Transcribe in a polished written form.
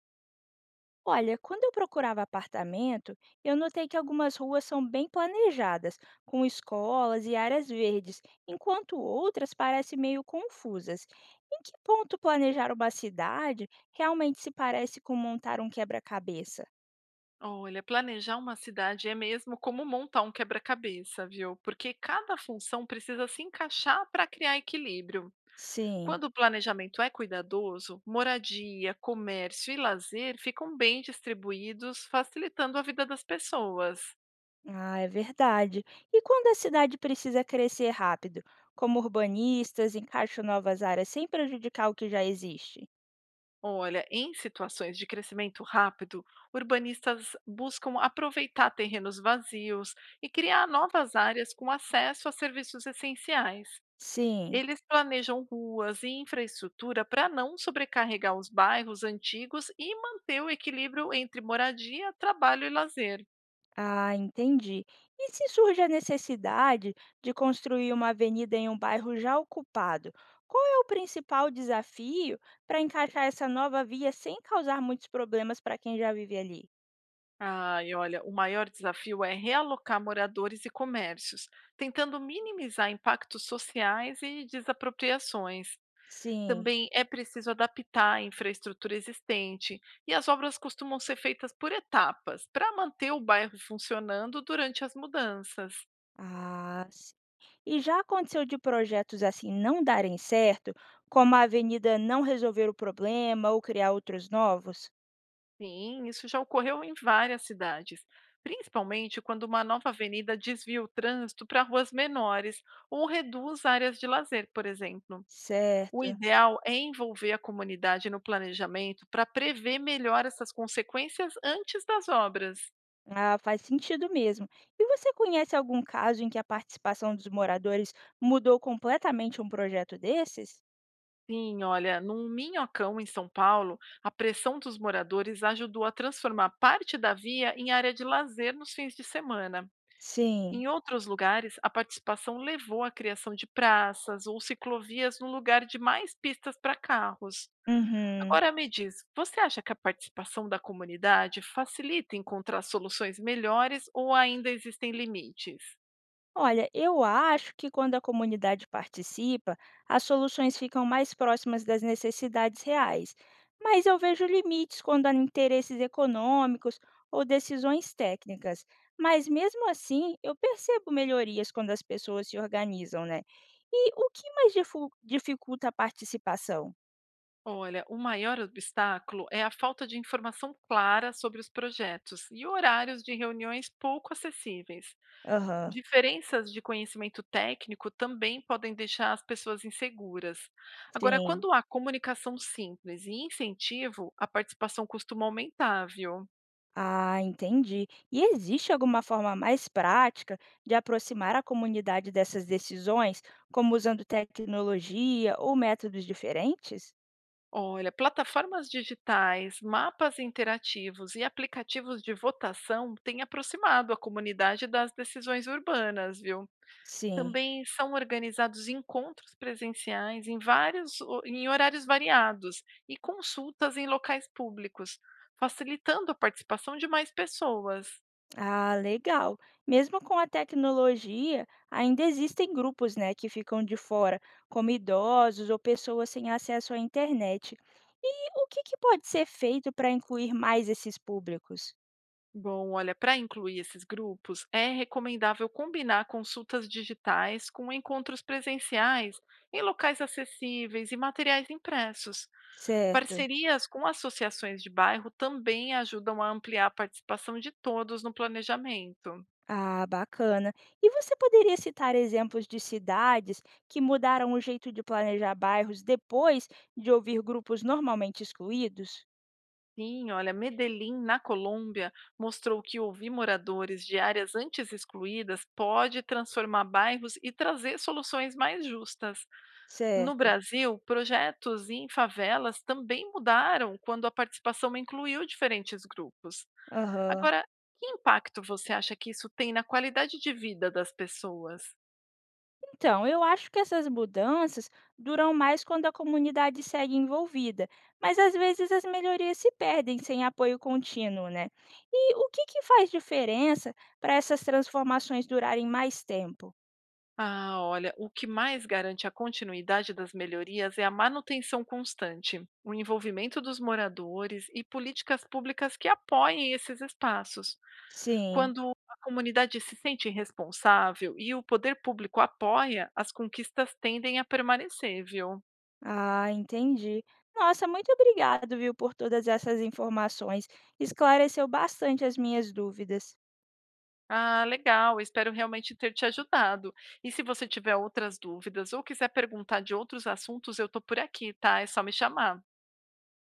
Olha, quando eu procurava apartamento, eu notei que algumas ruas são bem planejadas, com escolas e áreas verdes, enquanto outras parecem meio confusas. Em que ponto planejar uma cidade realmente se parece com montar um quebra-cabeça? Olha, planejar uma cidade é mesmo como montar um quebra-cabeça, viu? Porque cada função precisa se encaixar para criar equilíbrio. Sim, Quando o planejamento é cuidadoso, moradia, comércio e lazer ficam bem distribuídos, facilitando a vida das pessoas. ah, é verdade. E quando a cidade precisa crescer rápido, como urbanistas encaixam novas áreas sem prejudicar o que já existe? Olha, em situações de crescimento rápido, urbanistas buscam aproveitar terrenos vazios e criar novas áreas com acesso a serviços essenciais. Sim, Eles planejam ruas e infraestrutura para não sobrecarregar os bairros antigos e manter o equilíbrio entre moradia, trabalho e lazer. ah, entendi. E se surge a necessidade de construir uma avenida em um bairro já ocupado, qual é o principal desafio para encaixar essa nova via sem causar muitos problemas para quem já vive ali? Ai, olha, o maior desafio é realocar moradores e comércios, tentando minimizar impactos sociais e desapropriações. Sim. Também é preciso adaptar a infraestrutura existente, e as obras costumam ser feitas por etapas, para manter o bairro funcionando durante as mudanças. Ah, sim. E já aconteceu de projetos assim não darem certo, como a avenida não resolver o problema ou criar outros novos? Sim, isso já ocorreu em várias cidades, principalmente quando uma nova avenida desvia o trânsito para ruas menores ou reduz áreas de lazer, por exemplo. O Certo. ideal é envolver a comunidade no planejamento para prever melhor essas consequências antes das obras. Ah, faz sentido mesmo. E você conhece algum caso em que a participação dos moradores mudou completamente um projeto desses? Sim, olha, num Minhocão, em São Paulo, a pressão dos moradores ajudou a transformar parte da via em área de lazer nos fins de semana. Sim. Em outros lugares, a participação levou à criação de praças ou ciclovias no lugar de mais pistas para carros. Uhum. Agora me diz, você acha que a participação da comunidade facilita encontrar soluções melhores ou ainda existem limites? Olha, eu acho que quando a comunidade participa, as soluções ficam mais próximas das necessidades reais, mas eu vejo limites quando há interesses econômicos ou decisões técnicas. Mas mesmo assim, eu percebo melhorias quando as pessoas se organizam, né? E o que mais dificulta a participação? Olha, o maior obstáculo é a falta de informação clara sobre os projetos e horários de reuniões pouco acessíveis. Aham, Diferenças de conhecimento técnico também podem deixar as pessoas inseguras. Agora, sim. quando há comunicação simples e incentivo, a participação costuma aumentar, viu? Ah, entendi. E existe alguma forma mais prática de aproximar a comunidade dessas decisões, como usando tecnologia ou métodos diferentes? Olha, plataformas digitais, mapas interativos e aplicativos de votação têm aproximado a comunidade das decisões urbanas, viu? Sim. Também são organizados encontros presenciais em vários ho em horários variados e consultas em locais públicos, facilitando a participação de mais pessoas. Ah, legal. Mesmo com a tecnologia, ainda existem grupos, né, que ficam de fora, como idosos ou pessoas sem acesso à internet. E o que que pode ser feito para incluir mais esses públicos? Bom, olha, para incluir esses grupos, é recomendável combinar consultas digitais com encontros presenciais em locais acessíveis e materiais impressos. Certo. Parcerias com associações de bairro também ajudam a ampliar a participação de todos no planejamento. Ah, bacana. E você poderia citar exemplos de cidades que mudaram o jeito de planejar bairros depois de ouvir grupos normalmente excluídos? Sim, olha, Medellín, na Colômbia, mostrou que ouvir moradores de áreas antes excluídas pode transformar bairros e trazer soluções mais justas. No Certo. Brasil, projetos em favelas também mudaram quando a participação incluiu diferentes grupos. Aham. Agora, que impacto você acha que isso tem na qualidade de vida das pessoas? Então, eu acho que essas mudanças duram mais quando a comunidade segue envolvida, mas às vezes as melhorias se perdem sem apoio contínuo, né? E o que que faz diferença para essas transformações durarem mais tempo? Ah, olha, o que mais garante a continuidade das melhorias é a manutenção constante, o envolvimento dos moradores e políticas públicas que apoiem esses espaços. Sim. Quando a comunidade se sente responsável e o poder público apoia, as conquistas tendem a permanecer, viu? Ah, entendi. Nossa, muito obrigado, viu, por todas essas informações. Esclareceu bastante as minhas dúvidas. Ah, legal, espero realmente ter te ajudado. E se você tiver outras dúvidas ou quiser perguntar de outros assuntos, eu estou por aqui, tá? É só me chamar.